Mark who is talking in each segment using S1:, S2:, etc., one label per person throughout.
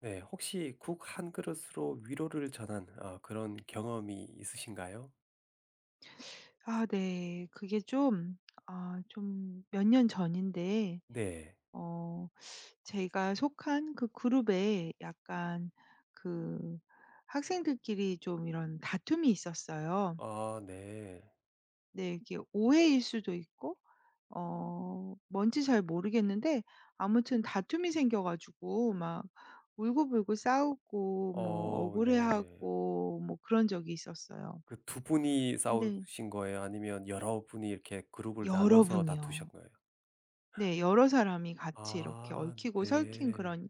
S1: 네. 혹시 국 한 그릇으로 위로를 전한 그런 경험이 있으신가요?
S2: 아 네. 그게 좀 몇 년 전인데
S1: 네.
S2: 어 제가 속한 그 그룹에 약간 그 학생들끼리 좀 이런 다툼이 있었어요.
S1: 아 네.
S2: 네 이게 오해일 수도 있고 뭔지 잘 모르겠는데 아무튼 다툼이 생겨 가지고 막 울고불고 싸우고 뭐
S1: 어 네.
S2: 억울해하고 뭐 그런 적이 있었어요.
S1: 그 두 분이
S2: 근데
S1: 싸우신 거예요? 아니면 여러 분이 이렇게 그룹을
S2: 여러
S1: 나눠서
S2: 분이요.
S1: 다투셨나요?
S2: 네. 여러 사람이 같이 이렇게
S1: 아
S2: 얽히고 설킨
S1: 네.
S2: 그런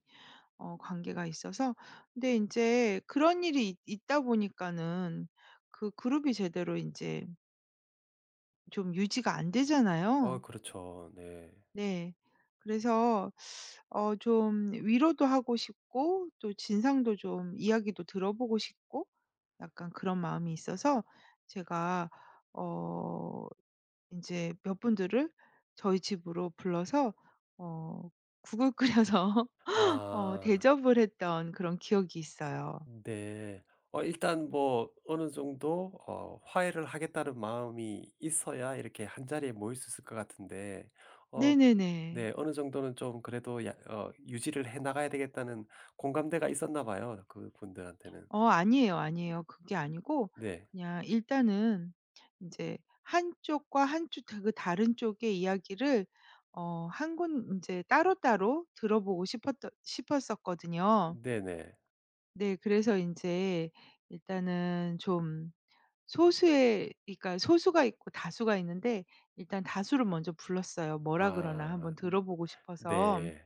S2: 관계가 있어서 근데 이제 그런 일이 있 있다 보니까는 그 그룹이 제대로 이제 좀 유지가 안 되잖아요.
S1: 아 그렇죠. 네.
S2: 네. 그래서 좀 위로도 하고 싶고 또 진상도 좀 이야기도 들어보고 싶고 약간 그런 마음이 있어서 제가 어 이제 몇 분들을 저희 집으로 불러서 어 국을 끓여서
S1: 아.
S2: 대접을 했던 그런 기억이 있어요.
S1: 네. 일단 뭐 어느 정도 화해를 하겠다는 마음이 있어야 이렇게 한자리에 모일 수 있을 것 같은데 어
S2: 네네네.
S1: 네. 어느 정도는 좀 그래도 야 유지를 해 나가야 되겠다는 공감대가 있었나 봐요, 그분들한테는.
S2: 어 아니에요, 아니에요. 그게 아니고
S1: 네.
S2: 그냥 일단은 이제 한쪽과 한쪽 다 그 다른 쪽의 이야기를 어 한 군 이제 따로따로 들어보고 싶었 싶었었거든요.
S1: 네네.
S2: 네 그래서 이제 일단은 좀 소수의 그러니까 소수가 있고 다수가 있는데 일단 다수를 먼저 불렀어요. 뭐라 그러나
S1: 아
S2: 한번 들어보고 싶어서.
S1: 네.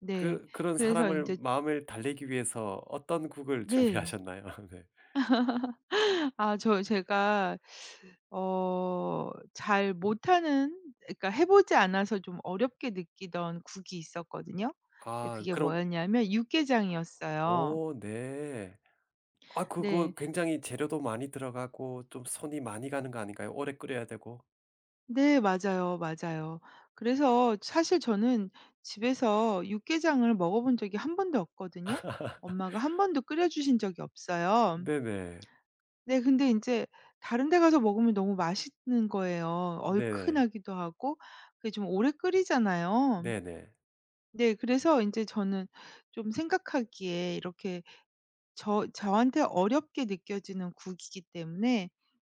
S2: 네.
S1: 그런
S2: 그래서 이
S1: 사람을
S2: 제
S1: 마음을 달래기 위해서 어떤 곡을
S2: 네.
S1: 준비하셨나요? 네.
S2: 제가 잘 못하는 그러니까 해 보지 않아서 좀 어렵게 느끼던 국이 있었거든요. 근데
S1: 아
S2: 그게
S1: 그럼
S2: 뭐였냐면 육개장이었어요.
S1: 오 네. 아
S2: 네.
S1: 그거 굉장히 재료도 많이 들어가고 좀 손이 많이 가는 거 아닌가요? 오래 끓여야 되고.
S2: 네 맞아요, 맞아요. 그래서 사실 저는 집에서 육개장을 먹어본 적이 한 번도 없거든요. 엄마가 한 번도 끓여 주신 적이 없어요.
S1: 네네.
S2: 네 근데 인제 다른 데 가서 먹으면 너무 맛있는 거예요.
S1: 네네.
S2: 얼큰하기도 하고 그게 좀 오래 끓이잖아요.
S1: 네네.
S2: 네 그래서 인제 저는 좀 생각하기에 이렇게 저한테 어렵게 느껴지는 국이기 때문에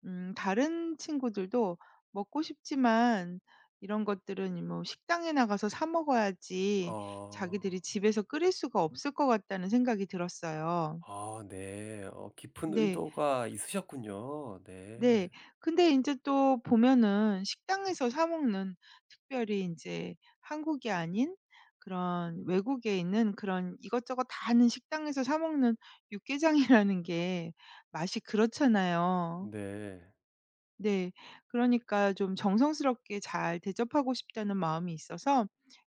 S2: 다른 친구들도 먹고 싶지만 이런 것들은 뭐 '식당에 나가서 사 먹어야지
S1: 어.
S2: 자기들이 집에서 끓일 수가 없을 것 같다.'는 생각이 들었어요.
S1: 아 네. 깊은
S2: 네.
S1: 의도가 있으셨군요. 네.
S2: 네. 근데 인제 또 보면은 식당에서 사 먹는 특별히 인제 한국이 아닌 그런 외국에 있는 그런 이것저것 다 하는 식당에서 사 먹는 육개장이라는 게 맛이 그렇잖아요.
S1: 네.
S2: 네. 그러니까 좀 정성스럽게 잘 대접하고 싶다는 마음이 있어서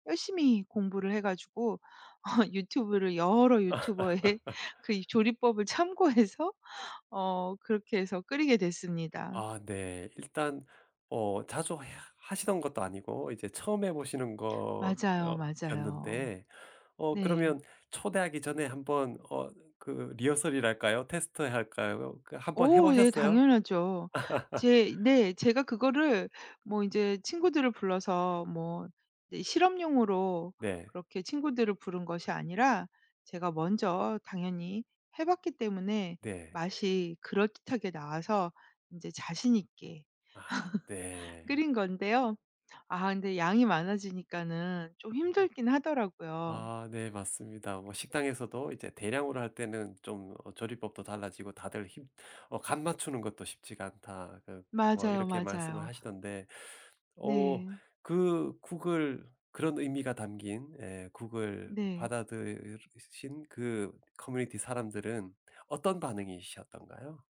S2: 열심히 공부를 해 가지고 유튜브를 여러 유튜버의 그 이 조리법을 참고해서 그렇게 해서 끓이게 됐습니다.
S1: 아 네. 일단 자주 하시던 것도 아니고 이제 처음 해 보시는 거
S2: 맞아요, 맞아요.
S1: 였는데
S2: 네.
S1: 그러면 초대하기 전에 한번 그 리허설이랄까요? 테스트 할까요? 그 한번 해
S2: 오, 예
S1: 보셨어요?
S2: 당연하죠. 제 네 제가 그거를 뭐 이제 친구들을 불러서 뭐 이제 실험용으로
S1: 네.
S2: 그렇게 친구들을 부른 것이 아니라 제가 먼저 당연히 해 봤기 때문에
S1: 네.
S2: 맛이 그럴듯하게 나와서 이제 자신 있게
S1: 아 네.
S2: 끓인 건데요. 아 근데 양이 많아지니까는 좀 힘들긴 하더라고요.
S1: 아 네 맞습니다. 뭐 식당에서도 이제 대량으로 할 때는 좀 조리법도 달라지고 다들 힘 "간 맞추는 것도 쉽지가 않다." 그 뭐
S2: 맞아요,
S1: 이렇게 말씀을
S2: 맞아요.
S1: 하시던데 어
S2: 네.
S1: 그 국을 그런 의미가 담긴 예 국을
S2: 네.
S1: 받아들이신 그 커뮤니티 사람들은 어떤 반응이셨던가요?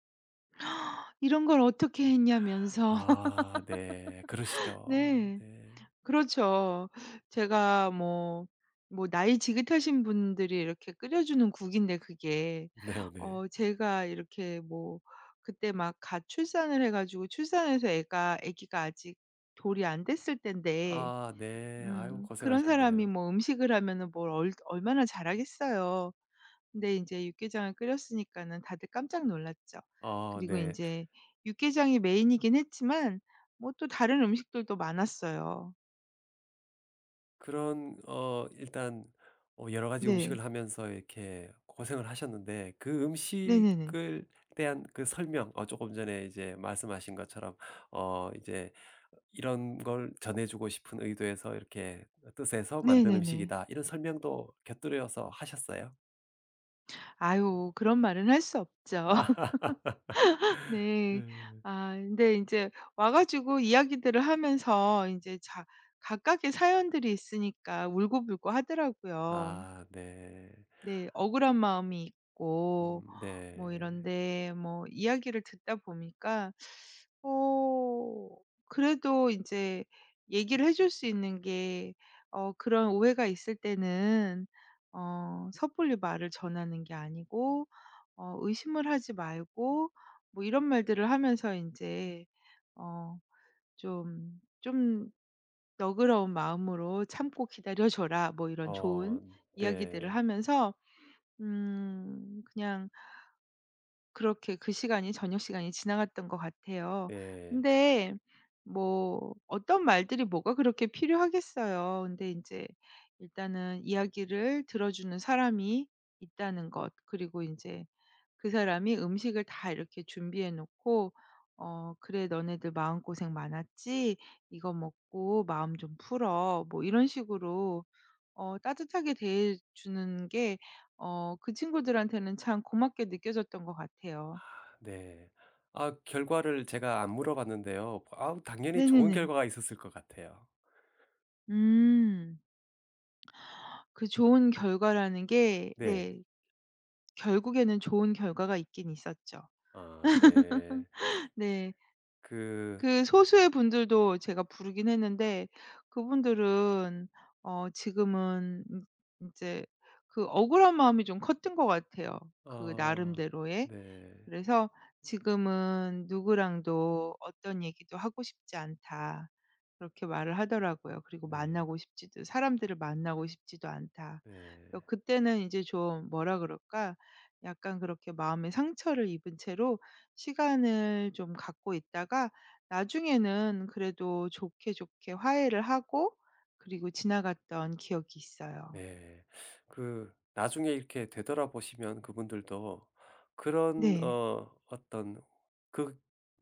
S2: 이런 걸 어떻게 했냐면서.
S1: 아 네. 그러시죠.
S2: 네.
S1: 네.
S2: 그렇죠. 제가 뭐 뭐 나이 지긋하신 분들이 이렇게 끓여 주는 국인데 그게
S1: 네네.
S2: 어 제가 이렇게 뭐 그때 막 갓 출산을 해 가지고 출산해서 애가 아기가 아직 돌이 안 됐을 때인데
S1: 아 네. 아유
S2: 그런 사람이
S1: 고생하셨네요.
S2: 뭐 음식을 하면은 뭘 얼 얼마나 잘하겠어요. 근데 인제 육개장을 끓였으니까는 다들 깜짝 놀랐죠.
S1: 어
S2: 그리고
S1: 네.
S2: 인제 육개장이 메인이긴 했지만 뭐 또 다른 음식들도 많았어요.
S1: 그런 일단 여러 가지
S2: 네.
S1: 음식을 하면서 이렇게 고생을 하셨는데 그
S2: 네네네.
S1: 음식을 대한 그 설명 조금 전에 이제 말씀하신 것처럼 이제 이런 걸 전해 주고 싶은 의도에서 이렇게 뜻에서 만든
S2: 네네네.
S1: 음식이다. 이런 설명도 곁들여서 하셨어요?
S2: 아유 그런 말은 할 수 없죠. 네.
S1: 네.
S2: 아 근데 인제 와 가지고 이야기들을 하면서 인제 자 각각의 사연들이 있으니까 울고불고 하더라고요.
S1: 아 네.
S2: 네. 억울한 마음이 있고 뭐
S1: 네.
S2: 이런데 뭐 이야기를 듣다 보니까 어 그래도 인제 얘기를 해줄 수 있는 게 그런 오해가 있을 때는 섣불리 말을 전하는 게 아니고 의심을 하지 말고 뭐 이런 말들을 하면서 인제 어 좀 너그러운 마음으로 "참고 기다려 줘라." 뭐 이런
S1: 어
S2: 좋은 이야기들을
S1: 네.
S2: 하면서 그냥 그렇게 그 시간이 저녁 시간이 지나갔던 것 같아요.
S1: 네.
S2: 근데 뭐 어떤 말들이 뭐가 그렇게 필요하겠어요. 근데 인제 일단은 이야기를 들어주는 사람이 있다는 것 그리고 인제 그 사람이 음식을 다 이렇게 준비해 놓고 "어 그래 너네들 마음고생 많았지? 이거 먹고 마음 좀 풀어." 뭐 이런 식으로 따뜻하게 대해 주는 게 그 친구들한테는 참 고맙게 느껴졌던 것 같아요.
S1: 네. 아 결과를 제가 안 물어봤는데요. 아우 당연히 좋은
S2: 네네네.
S1: 결과가 있었을 것 같아요.
S2: 음. 그 좋은 결과라는 게
S1: 네.
S2: 네 결국에는 좋은 결과가 있긴 있었죠.
S1: 아 네.
S2: 네.
S1: 그
S2: 그 소수의 분들도 제가 부르긴 했는데 그분들은 지금은 인 인제 그 억울한 마음이 좀 컸던 것 같아요, 그
S1: 어
S2: 나름대로의.
S1: 네.
S2: 그래서 지금은 누구랑도 "어떤 얘기도 하고 싶지 않다." 그렇게 말을 하더라고요. 그리고
S1: 네.
S2: "만나고 싶지도 사람들을 만나고 싶지도 않다." 그래서
S1: 네.
S2: 그때는 이제 좀 뭐라 그럴까? 약간 그렇게 마음에 상처를 입은 채로 시간을 좀 갖고 있다가 나중에는 그래도 좋게, 좋게 화해를 하고 그리고 지나갔던 기억이 있어요.
S1: 네. 그 나중에 이렇게 되돌아보시면 그분들도 그런
S2: 네.
S1: 어떤 그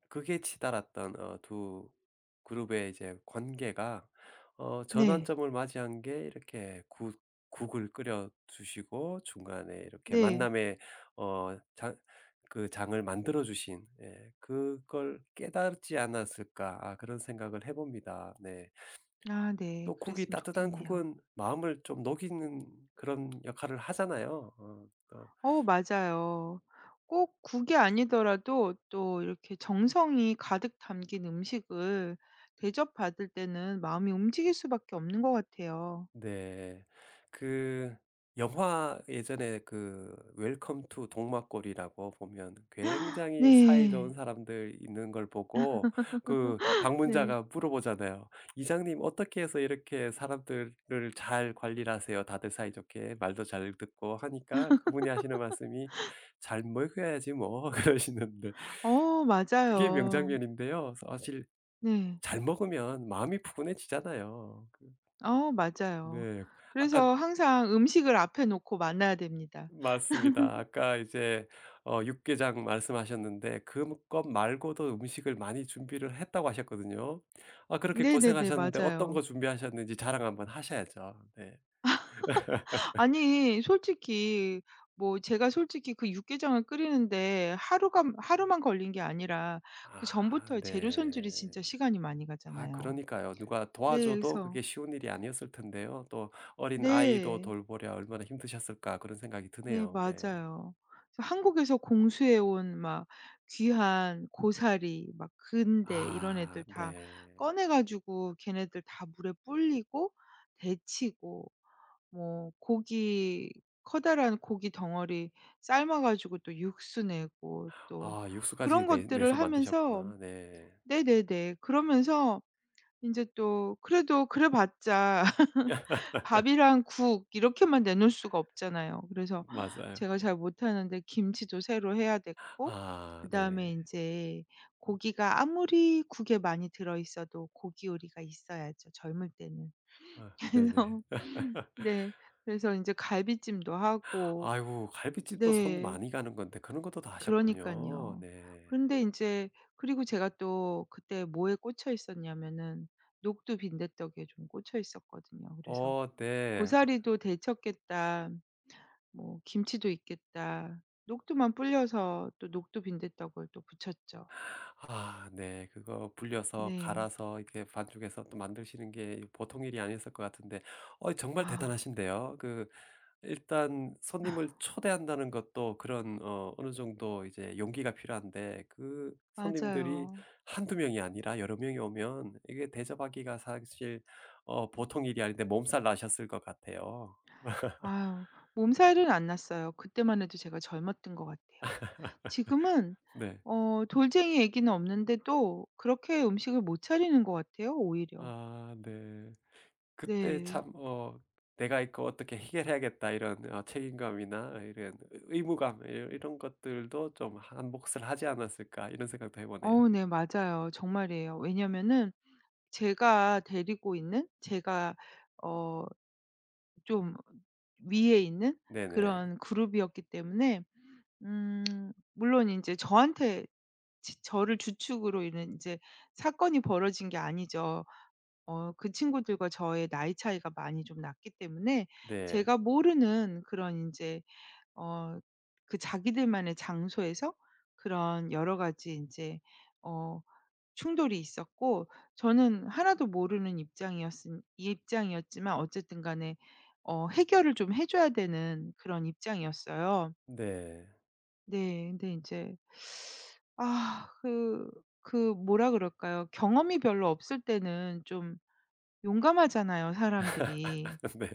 S1: 극에 치달았던 두 그룹의 이제 관계가
S2: 네.
S1: 전환점을 맞이한 게 이렇게 국 국을 끓여 주시고 중간에 이렇게
S2: 네.
S1: 만남의 장 그 장을 만들어 주신 예 '그걸 깨닫지 않았을까.' 아 그런 생각을 해 봅니다. 네.
S2: 아 네.
S1: 또 국이
S2: 그랬으면
S1: 따뜻한
S2: 좋겠네요.
S1: 국은 마음을 좀 녹이는 그런 역할을 하잖아요. 또
S2: 어 맞아요. 꼭 국이 아니더라도 또 이렇게 정성이 가득 담긴 음식을 대접받을 때는 마음이 움직일 수밖에 없는 것 같아요.
S1: 네. 그 영화 예전에 그 웰컴 투 동막골이라고 보면 굉장히 사이 좋은
S2: 네.
S1: 사람들 있는 걸 보고 그
S2: 네.
S1: 방문자가 물어보잖아요. "이장님 어떻게 해서 이렇게 사람들을 잘 관리를 하세요? 다들 사이좋게 말도 잘 듣고." 하니까 그분이 하시는 말씀이 "잘 먹여야지 뭐." 그러시는데
S2: 어
S1: 그게
S2: 맞아요.
S1: 명장면인데요. 네. 사실
S2: 네.
S1: 잘 먹으면 마음이 푸근해지잖아요.
S2: 어 맞아요.
S1: 네. 아까
S2: 그래서 항상 음식을 앞에 놓고 만나야 됩니다.
S1: 맞습니다. 아까 이제 육개장 말씀하셨는데 그 것 말고도 음식을 많이 준비를 했다고 하셨거든요. 아 그렇게
S2: 네네네.
S1: 고생하셨는데 어떤 거
S2: 맞아요.
S1: 준비하셨는지 자랑 한번 하셔야죠. 네.
S2: 아니 솔직히 뭐 제가 솔직히 그 육개장을 끓이는데 하루가 하루만 걸린 게 아니라
S1: 아
S2: 그전부터 재료 손질이
S1: 네.
S2: 진짜 시간이 많이
S1: 아
S2: 가잖아요.
S1: 그러니까요. 누가
S2: 네
S1: 도와줘도
S2: 그래서
S1: 그게 쉬운 일이 아니었을 텐데요. 또 어린 아이도
S2: 네.
S1: 돌보랴 얼마나 힘드셨을까 그런 생각이
S2: 네
S1: 드네요. 네.
S2: 맞아요. 그래서 한국에서 공수해 온 막 귀한 고사리 막 근대 이런
S1: 아
S2: 애들 다
S1: 네.
S2: 꺼내 가지고 걔네들 다 물에 불리고 데치고 뭐 고기 커다란 고기 덩어리 삶아 가지고 또 육수 내고 또
S1: 아 육수까지
S2: 그런
S1: 내
S2: 것들을
S1: 내서
S2: 하면서
S1: 만드셨구나. 네.
S2: 네네네. 그러면서 인제 또 그래도 그래 봤자 밥이랑 국 이렇게만 내놓을 수가 없잖아요. 그래서
S1: 맞아요.
S2: 제가 잘 못하는데 김치도 새로 해야 됐고
S1: 아 네.
S2: 그다음에 인제 고기가 아무리 국에 많이 들어 있어도 고기 요리가 있어야죠, 젊을 때는.
S1: 아 네네.
S2: 그래서 네. 그래서 이제 갈비찜도 하고
S1: 아이고 갈비찜도 손
S2: 네.
S1: 많이 가는 건데 그런 것도 다
S2: 그러니까
S1: 하셨군요.
S2: 요
S1: 네.
S2: 근데 이제 그리고 제가 또 그때 뭐에 꽂혀 있었냐면은 녹두 빈대떡에 좀 꽂혀 있었거든요. 그래서
S1: 어 네.
S2: '고사리도 데쳤겠다. 뭐 김치도 있겠다.' 녹두만 불려서 또 녹두 빈대떡을 또 부쳤죠.
S1: 아 네. 그거 불려서
S2: 네.
S1: 갈아서 이렇게 반죽해서 또 만드시는 게 보통 일이 아니었을 것 같은데 정말
S2: 아
S1: 대단하신데요. 그 일단 손님을 초대한다는 것도 그런 어느 정도 이제 용기가 필요한데 그 손님들이
S2: 맞아요.
S1: 한두 명이 아니라 여러 명이 오면 이게 대접하기가 사실 보통 일이 아닌데 몸살 나셨을 것 같아요.
S2: 아유 몸살은 안 났어요. 그때만 해도 제가 젊었던 것 같아요. 지금은
S1: 네.
S2: 돌쟁이 얘기는 없는데 또 그렇게 음식을 못 차리는 것 같아요 오히려.
S1: 아 네. 그때
S2: 네.
S1: 참 '내가 이거 어떻게 해결해야겠다.' 이런 책임감이나 이런 의 의무감 이 이런 것들도 좀 '한 몫을 하지 않았을까.' 이런 생각도 해 보네요.
S2: 어 네 맞아요. 정말이에요. 왜냐면은 제가 어 좀 위에 있는
S1: 네네.
S2: 그런 그룹이었기 때문에 물론 이제 저한테 지 저를 주축으로 이런 이제 사건이 벌어진 게 아니죠. 어 그 친구들과 저의 나이 차이가 많이 좀 났기 때문에
S1: 네.
S2: 제가 모르는 그런 이제 어 그 자기들만의 장소에서 그런 여러 가지 이제 어 충돌이 있었고 저는 하나도 모르는 입장이었은 입장이었지만 어쨌든 간에 해결을 좀 해 줘야 되는 그런 입장이었어요.
S1: 네.
S2: 네. 근데 이제 아 그 그 뭐라 그럴까요? 경험이 별로 없을 때는 좀 용감하잖아요, 사람들이.
S1: 네.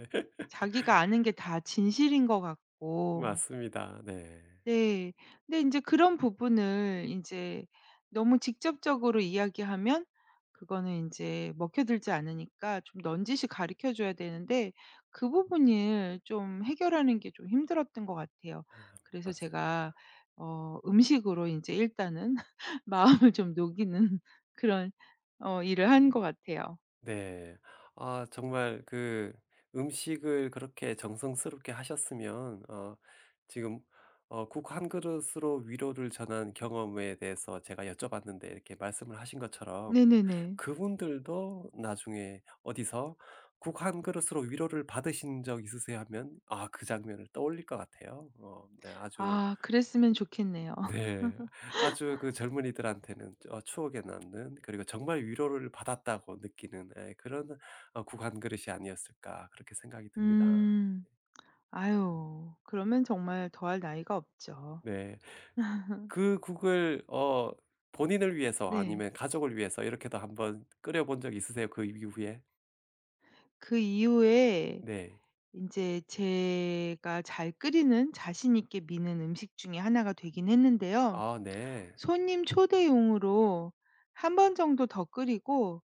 S2: 자기가 아는 게 다 진실인 것 같고.
S1: 맞습니다. 네.
S2: 네. 근데 인제 그런 부분을 인제 너무 직접적으로 이야기하면 그거는 인제 먹혀들지 않으니까 좀 넌지시 가르쳐 줘야 되는데 그 부분을 좀 해결하는 게 좀 힘들었던 것 같아요.
S1: 아
S2: 그래서
S1: 맞습니다.
S2: 제가 음식으로 인제 일단은 마음을 좀 녹이는 그런 일을 한 것 같아요.
S1: 네. 아 정말 그 음식을 그렇게 정성스럽게 하셨으면 지금 국 한 그릇으로 위로를 전한 경험에 대해서 제가 여쭤봤는데 이렇게 말씀을 하신 것처럼
S2: 네네네.
S1: 그분들도 나중에 어디서 "국 한 그릇으로 위로를 받으신 적 있으세요?" 하면 아 그 장면을 떠올릴 것 같아요. 네. 아주
S2: 아 그랬으면 좋겠네요.
S1: 네. 아주 그 젊은이들한테는 추억에 남는 그리고 정말 위로를 받았다고 느끼는 예 그런 국 한 그릇이 아니었을까 그렇게 생각이 듭니다.
S2: 음. 아유. 그러면 정말 더할 나위가 없죠.
S1: 네. 그 국을 본인을 위해서
S2: 네.
S1: 아니면 가족을 위해서 이렇게도 한번 끓여 본 적 있으세요? 그 이후에?
S2: 그 이후에
S1: 네.
S2: 인제 제가 잘 끓이는 자신 있게 미는 음식 중에 하나가 되긴 했는데요.
S1: 아 네.
S2: 손님 초대용으로 한 번 정도 더 끓이고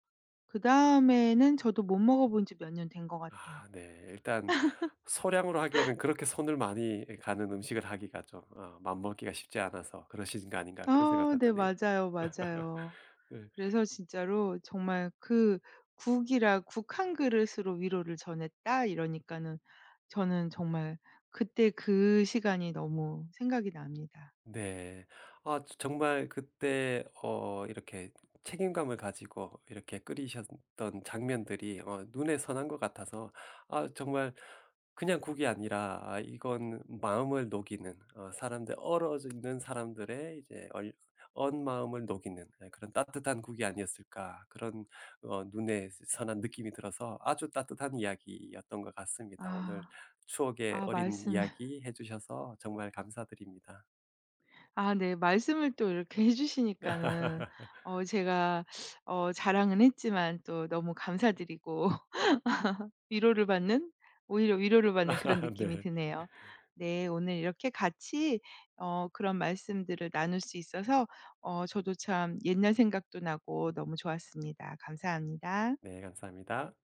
S2: 그다음에는 저도 못 먹어 본지 몇 년 된 것 같아요.
S1: 아 네. 일단 소량으로 하기에는 그렇게 손을 많이 가는 음식을 하기가 좀 맘먹기가 쉽지 않아서 그러신 거 아닌가 그런
S2: 아
S1: 생각도
S2: 네.
S1: 드네요.
S2: 맞아요, 맞아요.
S1: 네.
S2: 그래서 진짜로 정말 그 "국이라 "국 한 그릇으로 위로를 전했다." 이러니까는 저는 정말 그때 그 시간이 너무 생각이 납니다.
S1: 네. 아 저 정말 그때 이렇게 책임감을 가지고 이렇게 끓이셨던 장면들이 눈에 선한 것 같아서 아 정말 그냥 국이 아니라 아 이건 마음을 녹이는 사람들 얼어져 있는 사람들의 이제 얼 언 마음을 녹이는 예 그런 따뜻한 국이 아니었을까 그런 눈에 선한 느낌이 들어서 아주 따뜻한 이야기였던 것 같습니다. 오늘
S2: 아.
S1: 추억의
S2: 아
S1: 어린
S2: 말씀을
S1: 이야기 해 주셔서 정말 감사드립니다.
S2: 아 네. 말씀을 또 이렇게 해 주시니까는 제가 자랑은 했지만 또 너무 감사드리고 위로를 받는 오히려 위로를 받는 그런 느낌이
S1: 네.
S2: 드네요. 네. 오늘 이렇게 같이 그런 말씀들을 나눌 수 있어서 저도 참 옛날 생각도 나고 너무 좋았습니다. 감사합니다.
S1: 네 감사합니다.